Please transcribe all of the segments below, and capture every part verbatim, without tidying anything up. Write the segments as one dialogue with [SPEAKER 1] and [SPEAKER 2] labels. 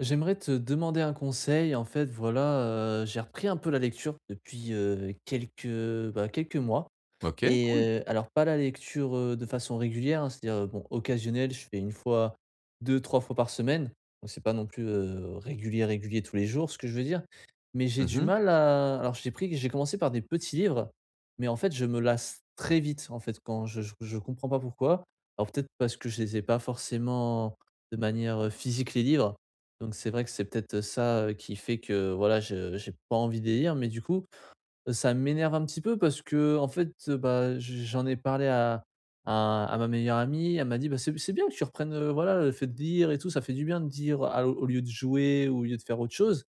[SPEAKER 1] J'aimerais te demander un conseil. En fait, voilà, heu, j'ai repris un peu la lecture depuis, heu, quelques, bah, quelques mois.
[SPEAKER 2] OK,
[SPEAKER 1] Et
[SPEAKER 2] cool.
[SPEAKER 1] heu, alors pas la lecture, heu, de façon régulière, hein, c'est-à-dire, heu, bon, occasionnelle, je fais une fois, deux, trois fois par semaine. Bon, c'est pas non plus, heu, régulier, régulier tous les jours, ce que je veux dire. Mais j'ai du
[SPEAKER 2] Mmh.
[SPEAKER 1] mal à alors j'ai pris j'ai commencé par des petits livres, mais en fait, je me lasse très vite, en fait, quand je je je comprends pas pourquoi. Alors peut-être parce que je les ai pas forcément de manière, heu, physique les livres, donc c'est vrai que c'est peut-être, ça, heu, qui fait que voilà, je j'ai pas envie de les lire, mais du coup ça m'énerve un petit peu parce que, en fait, heu, bah, j j'en ai parlé à à à ma meilleure amie. Elle m'a dit: «Bah, c'est c'est bien que tu reprennes, heu, voilà, le fait de lire et tout, ça fait du bien de dire, à au lieu de jouer ou au lieu de faire autre chose».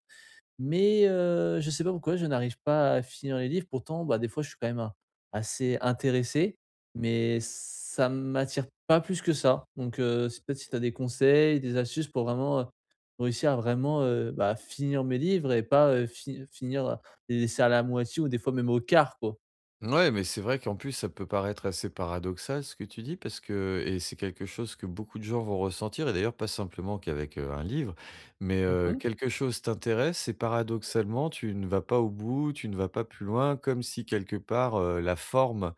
[SPEAKER 1] Mais heu, je sais pas pourquoi je n'arrive pas à finir les livres. Pourtant, bah, des fois, je suis quand même a assez intéressé, mais ça m'attire pas plus que ça. Donc heu, c'est peut-être si tu as des conseils, des astuces pour vraiment, heu, réussir à vraiment, heu, bah, finir mes livres et pas, heu, fi finir euh, les laisser à la moitié ou des fois même au quart, quoi.
[SPEAKER 2] Ouais, mais c'est vrai qu'en plus, ça peut paraître assez paradoxal ce que tu dis parce que et c'est quelque chose que beaucoup de gens vont ressentir et d'ailleurs pas simplement qu'avec, heu, un livre, mais, heu,
[SPEAKER 1] Mmh.
[SPEAKER 2] quelque chose t'intéresse et paradoxalement, tu ne vas pas au bout, tu ne vas pas plus loin, comme si quelque part, heu, la forme,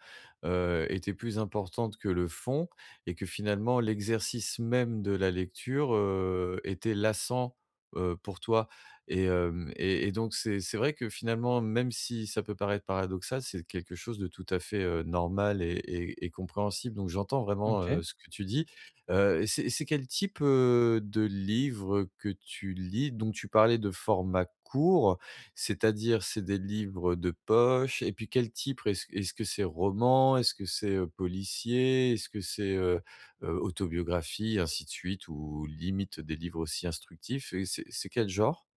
[SPEAKER 2] heu, était plus importante que le fond et que finalement l'exercice même de la lecture, heu, était lassant, heu, pour toi. Et hem et et donc c'est c'est vrai que finalement, même si ça peut paraître paradoxal, c'est quelque chose de tout à fait, heu, normal et et et compréhensible. Donc j'entends vraiment,
[SPEAKER 1] OK.
[SPEAKER 2] heu, ce que tu dis. Heu, c'est c'est quel type, heu, de livre que tu lis? Donc tu parlais de format court, c'est-à-dire c'est des livres de poche et puis quel type? Est-ce est-ce que c'est roman? Est-ce que c'est, heu, policier? Est-ce que c'est, heu heu, autobiographie, ainsi de suite ou limite des livres aussi instructifs et c'est c'est quel genre?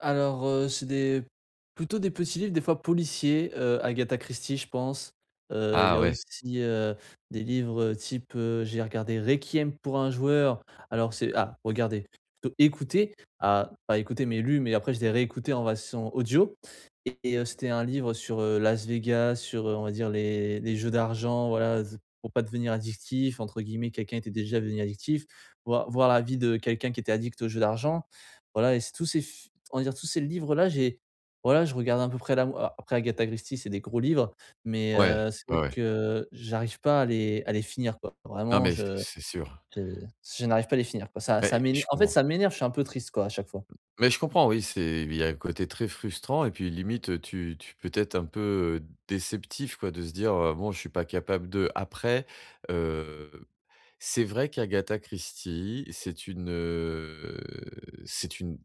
[SPEAKER 1] Alors, heu, c'est des plutôt des petits livres, des fois policiers, heu, Agatha Christie, je pense. Heu, il y
[SPEAKER 2] Ah
[SPEAKER 1] a
[SPEAKER 2] ouais,
[SPEAKER 1] aussi, heu, des livres, heu, type, heu, j'ai regardé Requiem pour un joueur. Alors c'est ah, regardez, Plutôt écouté, ah, pas écouté, mais lu, mais après je l'ai réécouté en version audio et heu, c'était un livre sur, heu, Las Vegas, sur, heu, on va dire les les jeux d'argent, voilà, z pour pas devenir «addictif», entre guillemets, quelqu'un était déjà devenu addictif, voir voir la vie de quelqu'un qui était addict aux jeux d'argent. Voilà et c'est tous ces on va dire tous ces livres-là, j'ai voilà, je regarde à peu près la mo a après Agatha Christie, c'est des gros livres, mais
[SPEAKER 2] ouais,
[SPEAKER 1] heu, c'est
[SPEAKER 2] ouais,
[SPEAKER 1] vrai
[SPEAKER 2] ouais.
[SPEAKER 1] que j'arrive pas à les à les finir, quoi.
[SPEAKER 2] Non,
[SPEAKER 1] Vraiment,
[SPEAKER 2] mais c'est
[SPEAKER 1] je
[SPEAKER 2] c'est sûr.
[SPEAKER 1] je je n'arrive pas à les finir, quoi. Ça ça
[SPEAKER 2] Mais
[SPEAKER 1] m'énerve
[SPEAKER 2] je
[SPEAKER 1] en fait,
[SPEAKER 2] comprends.
[SPEAKER 1] ça m'énerve, je suis un peu triste, quoi, à chaque fois.
[SPEAKER 2] Mais je comprends, oui, c'est il y a un côté très frustrant et puis limite, tu tu peux être un peu, heu, déceptif, quoi, de se dire, heu: «Bon, je suis pas capable de». Après, heu, c'est vrai qu'Agatha Christie, c'est une, heu, c'est une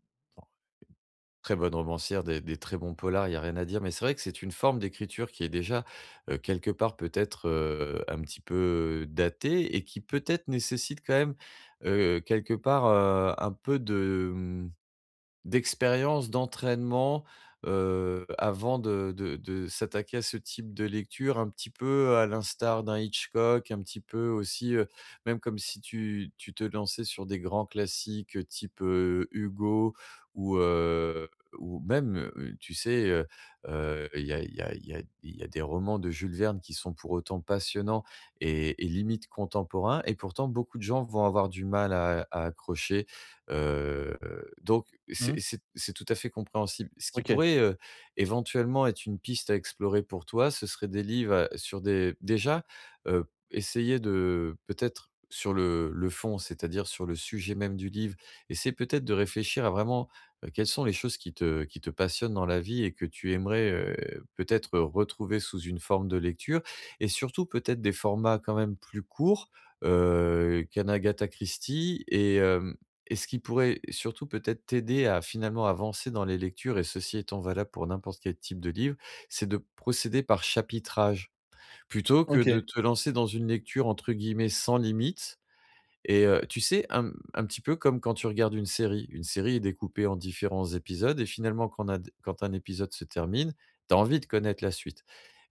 [SPEAKER 2] Très bonne romancière, des des très bons polars, il y a rien à dire, mais c'est vrai que c'est une forme d'écriture qui est déjà, heu, quelque part peut-être, heu, un petit peu datée et qui peut-être nécessite quand même, heu, quelque part, heu, un peu de, mmh D'expérience, d'entraînement, heu, avant de de de s'attaquer à ce type de lecture, un petit peu à l'instar d'un Hitchcock, un petit peu aussi, heu, même comme si tu tu te lançais sur des grands classiques, heu, type, heu, Hugo ou, heu, ou même, heu, tu sais, heu heu, il y a il y a il y a il y a des romans de Jules Verne qui sont pour autant passionnants et et limite contemporains et pourtant beaucoup de gens vont avoir du mal à à accrocher. Heu, donc c'est
[SPEAKER 1] Mmh.
[SPEAKER 2] c'est c'est tout à fait compréhensible. Ce qui
[SPEAKER 1] OK.
[SPEAKER 2] pourrait, heu, éventuellement être une piste à explorer pour toi, ce serait des livres, heu, sur des déjà, heu, essayer de peut-être sur le le fond, c'est-à-dire sur le sujet même du livre, essayer peut-être de réfléchir à vraiment, heu, quelles sont les choses qui te qui te passionnent dans la vie et que tu aimerais, heu, peut-être, retrouver sous une forme de lecture et surtout peut-être des formats quand même plus courts, heu, qu'un Agatha Christie et hem et ce qui pourrait surtout peut-être t'aider à finalement avancer dans les lectures, et ceci étant valable pour n'importe quel type de livre, c'est de procéder par chapitrage. Plutôt que
[SPEAKER 1] OK.
[SPEAKER 2] de te lancer dans une lecture entre guillemets «sans limite», et heu, tu sais, un un petit peu comme quand tu regardes une série. Une série est découpée en différents épisodes et finalement quand nad quand un épisode se termine, tu as envie de connaître la suite.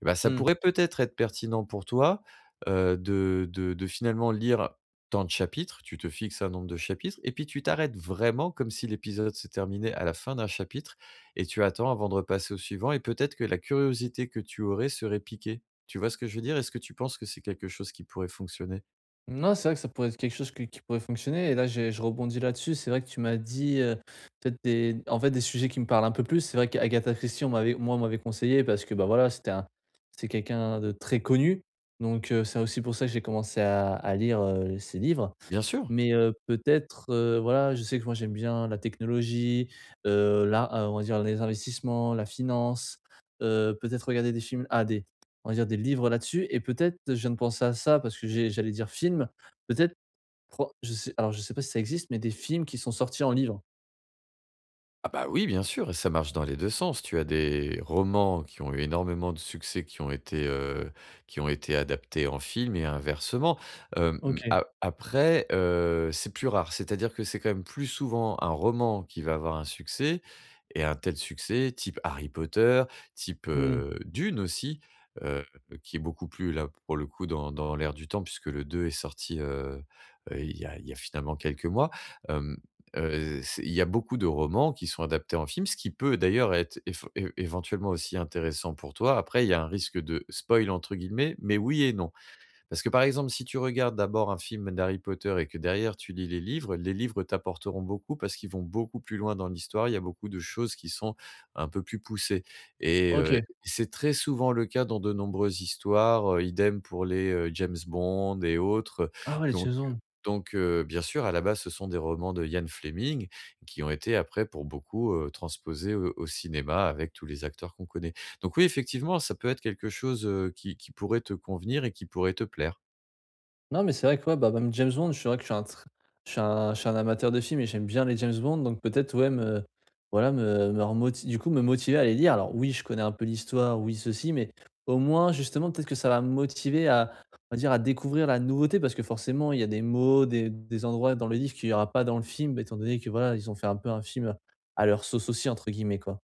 [SPEAKER 2] Et bah, ça
[SPEAKER 1] Mmh.
[SPEAKER 2] pourrait peut-être être pertinent pour toi, heu, de de de finalement lire tant de chapitres, tu te fixes un nombre de chapitres et puis tu t'arrêtes vraiment comme si l'épisode se terminait à la fin d'un chapitre et tu attends avant de repasser au suivant et peut-être que la curiosité que tu aurais serait piquée. Tu vois ce que je veux dire? Est-ce que tu penses que c'est quelque chose qui pourrait fonctionner?
[SPEAKER 1] Non, c'est vrai que ça pourrait être quelque chose que qui pourrait fonctionner et là, j'ai je rebondis là-dessus. C'est vrai que tu m'as dit, heu, peut-être des en fait, des sujets qui me parlent un peu plus. C'est vrai qu'Agatha Christie, on m'avait moi, on m'avait conseillé parce que, bah, voilà, c'était un c'est quelqu'un de très connu donc heu, c'est aussi pour ça que j'ai commencé à à lire, heu, ses livres
[SPEAKER 2] Bien sûr.
[SPEAKER 1] mais, heu, peut-être, heu, voilà, je sais que moi j'aime bien la technologie, heu, là, heu, on va dire les investissements, la finance, heu, peut-être regarder des films ah des on va dire des livres là-dessus et peut-être je viens de penser à ça parce que j'ai j'allais dire film, peut-être pro je sais alors je sais pas si ça existe mais des films qui sont sortis en livre.
[SPEAKER 2] Ah bah oui, bien sûr, et ça marche dans les deux sens. Tu as des romans qui ont eu énormément de succès, qui ont été, heu, qui ont été adaptés en film et inversement. Hem,
[SPEAKER 1] OK.
[SPEAKER 2] a après, heu, c'est plus rare. C'est-à-dire que c'est quand même plus souvent un roman qui va avoir un succès et un tel succès, type Harry Potter, type,
[SPEAKER 1] Mmh.
[SPEAKER 2] heu, Dune aussi, heu, qui est beaucoup plus là, pour le coup, dans dans l'air du temps puisque le deux est sorti, heu heu, il y a il y a finalement quelques mois. Heu, c'est il y a beaucoup de romans qui sont adaptés en film, ce qui peut d'ailleurs être éf é éventuellement aussi intéressant pour toi. Après, il y a un risque de «spoil» entre guillemets, mais oui et non. Parce que, par exemple, si tu regardes d'abord un film d'Harry Potter et que derrière tu lis les livres, les livres t'apporteront beaucoup parce qu'ils vont beaucoup plus loin dans l'histoire. Il y a beaucoup de choses qui sont un peu plus poussées et heu,
[SPEAKER 1] OK.
[SPEAKER 2] c'est très souvent le cas dans de nombreuses histoires, heu, idem pour les, heu, James Bond et autres,
[SPEAKER 1] Ah ouais, les
[SPEAKER 2] donc
[SPEAKER 1] James Bond.
[SPEAKER 2] donc heu, bien sûr, à la base, ce sont des romans de Ian Fleming qui ont été après pour beaucoup, heu, transposés au au cinéma avec tous les acteurs qu'on connaît. Donc oui, effectivement, ça peut être quelque chose, heu, qui qui pourrait te convenir et qui pourrait te plaire.
[SPEAKER 1] Non, mais c'est vrai que ouais, bah, même James Bond, je suis vrai que je suis un tr je suis un je suis un amateur de films et j'aime bien les James Bond, donc peut-être, ouais, me voilà, me me remoti du coup, me motiver à les lire. Alors oui, je connais un peu l'histoire, oui, ceci, mais au moins, justement, peut-être que ça va me motiver à, on va dire, à découvrir la nouveauté parce que forcément, il y a des mots, des des endroits dans le livre qu'il n'y aura pas dans le film, bah, étant donné que, voilà, ils ont fait un peu un film, «à leur sauce aussi» entre guillemets, quoi.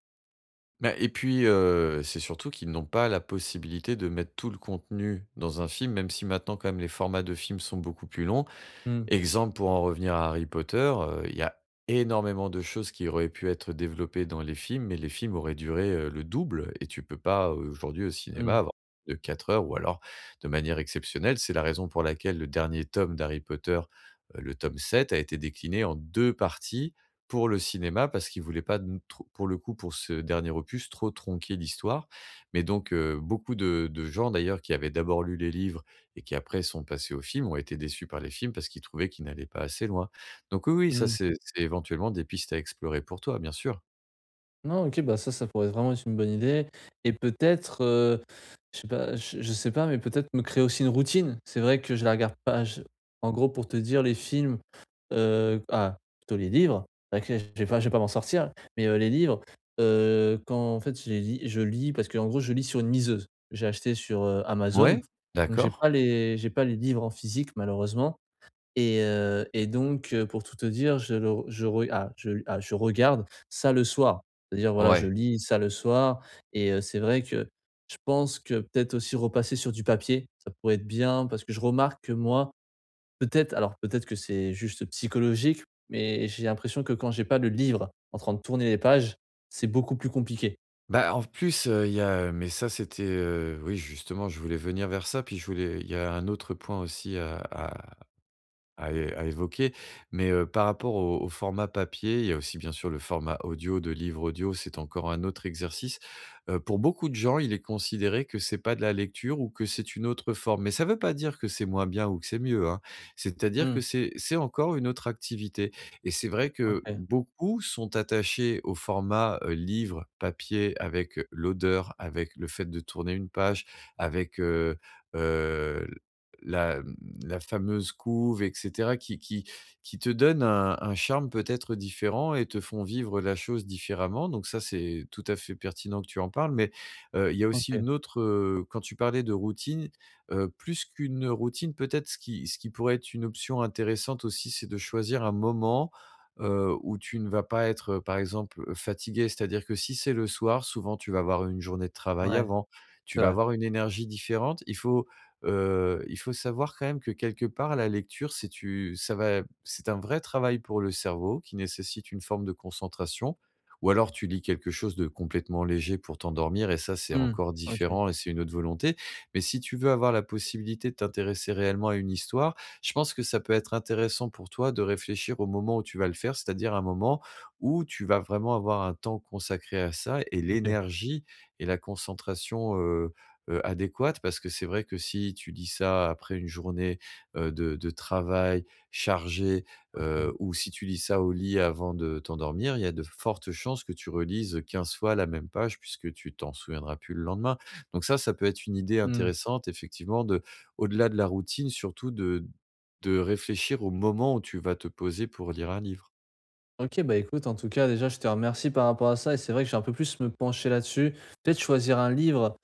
[SPEAKER 2] Bah et puis, heu, c'est surtout qu'ils n'ont pas la possibilité de mettre tout le contenu dans un film, même si maintenant quand même les formats de films sont beaucoup plus longs.
[SPEAKER 1] Mmh,
[SPEAKER 2] Exemple, pour en revenir à Harry Potter, heu, il y a énormément de choses qui auraient pu être développées dans les films, mais les films auraient duré, heu, le double et tu peux pas, euh, aujourd'hui, au
[SPEAKER 1] mmh,
[SPEAKER 2] cinéma, avoir de quatre heures ou alors de manière exceptionnelle. C'est la raison pour laquelle le dernier tome d'Harry Potter, heu, le tome sept, a été décliné en deux parties pour le cinéma parce qu'ils voulaient pas n trop pour le coup, pour ce dernier opus, trop tronquer l'histoire. Mais donc, heu, beaucoup de de gens d'ailleurs qui avaient d'abord lu les livres et qui après sont passés aux films, ont été déçus par les films parce qu'ils trouvaient qu'ils n'allaient pas assez loin. Donc oui, oui, ça
[SPEAKER 1] mmh.
[SPEAKER 2] c'est c'est éventuellement des pistes à explorer pour toi, bien sûr.
[SPEAKER 1] Non, OK, bah, ça, ça pourrait vraiment être une bonne idée et peut-être, heu, je sais pas, je je sais pas, mais peut-être me créer aussi une routine. C'est vrai que je la regarde pas je en gros, pour te dire, les films, heu ah, plutôt les livres, c'est vrai que je vais pas je vais pas m'en sortir, mais heu, les livres, heu, quand en fait, je les lis je lis parce qu'en gros, je lis sur une liseuse. J'ai acheté sur, heu, Amazon,
[SPEAKER 2] Ouais,
[SPEAKER 1] donc j'ai pas
[SPEAKER 2] d'accord.
[SPEAKER 1] les j'ai pas les livres en physique malheureusement et heu et donc heu, pour tout te dire, je le je re ah je ah je regarde ça le soir. C'est-à-dire, voilà, je
[SPEAKER 2] Ouais.
[SPEAKER 1] lis ça le soir et heu, c'est vrai que je pense que peut-être aussi repasser sur du papier, ça pourrait être bien parce que je remarque que moi, peut-être alors peut-être que c'est juste psychologique, mais j'ai l'impression que quand j'ai pas le livre en train de tourner les pages, c'est beaucoup plus compliqué.
[SPEAKER 2] Bah, en plus, heu, il y a, mais ça c'était, heu, oui justement je voulais venir vers ça, puis je voulais il y a un autre point aussi à à à é à évoquer. Mais, heu, par rapport au au format papier, il y a aussi bien sûr le format audio de livre audio, c'est encore un autre exercice. Heu, pour beaucoup de gens, il est considéré que c'est pas de la lecture ou que c'est une autre forme. Mais ça veut pas dire que c'est moins bien ou que c'est mieux, hein. C'est-à-dire que
[SPEAKER 1] Mmh,
[SPEAKER 2] c'est c'est encore une autre activité et c'est vrai que
[SPEAKER 1] OK,
[SPEAKER 2] beaucoup sont attachés au format, heu, livre papier avec l'odeur, avec le fait de tourner une page, avec, heu, heu la mmh, la fameuse couve et cetera qui qui qui te donne un un charme peut-être différent et te font vivre la chose différemment donc ça, c'est tout à fait pertinent que tu en parles mais, heu, il y a aussi
[SPEAKER 1] OK,
[SPEAKER 2] une autre, heu, quand tu parlais de routine, heu, plus qu'une routine, peut-être ce qui ce qui pourrait être une option intéressante aussi, c'est de choisir un moment, heu, où tu ne vas pas être, heu, par exemple, heu, fatigué. C'est-à-dire que si c'est le soir, souvent tu vas avoir une journée de travail
[SPEAKER 1] ouais,
[SPEAKER 2] avant, tu
[SPEAKER 1] c'est
[SPEAKER 2] vas
[SPEAKER 1] vrai.
[SPEAKER 2] avoir une énergie différente. Il faut Heu, il faut savoir quand même que quelque part la lecture, c'est u ça va c'est un vrai travail pour le cerveau qui nécessite une forme de concentration ou alors tu lis quelque chose de complètement léger pour t'endormir et ça, c'est
[SPEAKER 1] Mmh,
[SPEAKER 2] encore
[SPEAKER 1] OK,
[SPEAKER 2] différent et c'est une autre volonté. Mais si tu veux avoir la possibilité de t'intéresser réellement à une histoire, je pense que ça peut être intéressant pour toi de réfléchir au moment où tu vas le faire, c'est-à-dire un moment où tu vas vraiment avoir un temps consacré à ça et
[SPEAKER 1] OK,
[SPEAKER 2] l'énergie et la concentration, heu heu, adéquate parce que c'est vrai que si tu lis ça après une journée, heu, de de travail chargée,
[SPEAKER 1] OK.
[SPEAKER 2] heu, ou si tu lis ça au lit avant de t'endormir, il y a de fortes chances que tu relises quinze fois la même page puisque tu t'en souviendras plus le lendemain. Donc ça, ça peut être une idée
[SPEAKER 1] Mmh.
[SPEAKER 2] intéressante effectivement de au-delà de la routine, surtout de de réfléchir au moment où tu vas te poser pour lire un livre.
[SPEAKER 1] OK, bah, écoute, en tout cas, déjà, je te remercie par rapport à ça et c'est vrai que j'ai un peu plus me pencher là-dessus. Peut-être choisir un livre,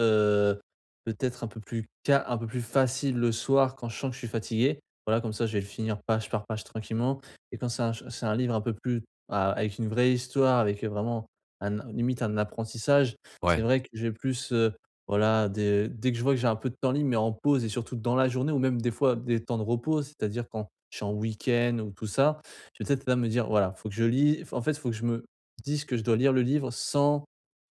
[SPEAKER 1] heu, peut-être un peu plus ca un peu plus facile le soir quand je sens que je suis fatigué. Voilà, comme ça, je vais le finir page par page tranquillement et quand c'est un ch c'est un livre un peu plus a avec une vraie histoire, avec, heu, vraiment un limite un apprentissage, c'est
[SPEAKER 2] Ouais.
[SPEAKER 1] vrai que j'ai plus, heu, voilà, dès dès que je vois que j'ai un peu de temps libre mais en pause et surtout dans la journée ou même des fois des temps de repos, c'est-à-dire quand je suis en week-end ou tout ça, je vais peut-être là me dire: «Voilà, faut que je lis» en fait, faut que je me dise que je dois lire le livre sans,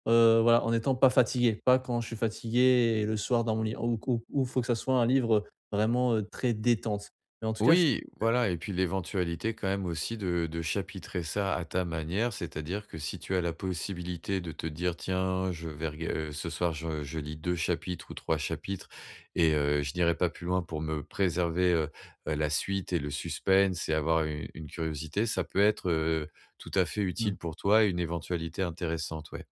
[SPEAKER 1] heu, voilà, en étant pas fatigué, pas quand je suis fatigué et le soir dans mon lit. Ou ou ou faut que ça soit un livre, vraiment, heu, très détente. Mais en tout cas, je
[SPEAKER 2] Oui, voilà, et puis l'éventualité quand même aussi de de chapitrer ça à ta manière, c'est-à-dire que si tu as la possibilité de te dire: «Tiens, je vais rega heu, ce soir je je lis deux chapitres ou trois chapitres et heu, je n'irai pas plus loin pour me préserver, heu heu, la suite et le suspense et avoir u une curiosité», ça peut être, heu, tout à fait
[SPEAKER 1] mmh,
[SPEAKER 2] utile pour toi et une éventualité intéressante, ouais.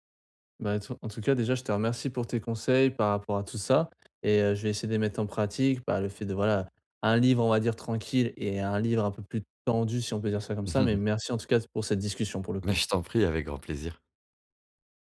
[SPEAKER 1] bah, t en tout cas, déjà, je te remercie pour tes conseils par rapport à tout ça et heu, je vais essayer de les mettre en pratique. Bah, le fait de, voilà, un livre, on va dire, tranquille et un livre un peu plus tendu, si on peut dire ça comme ça. Mais merci en tout cas pour cette discussion, pour le
[SPEAKER 2] Mais
[SPEAKER 1] coup.
[SPEAKER 2] je t'en prie, avec grand plaisir.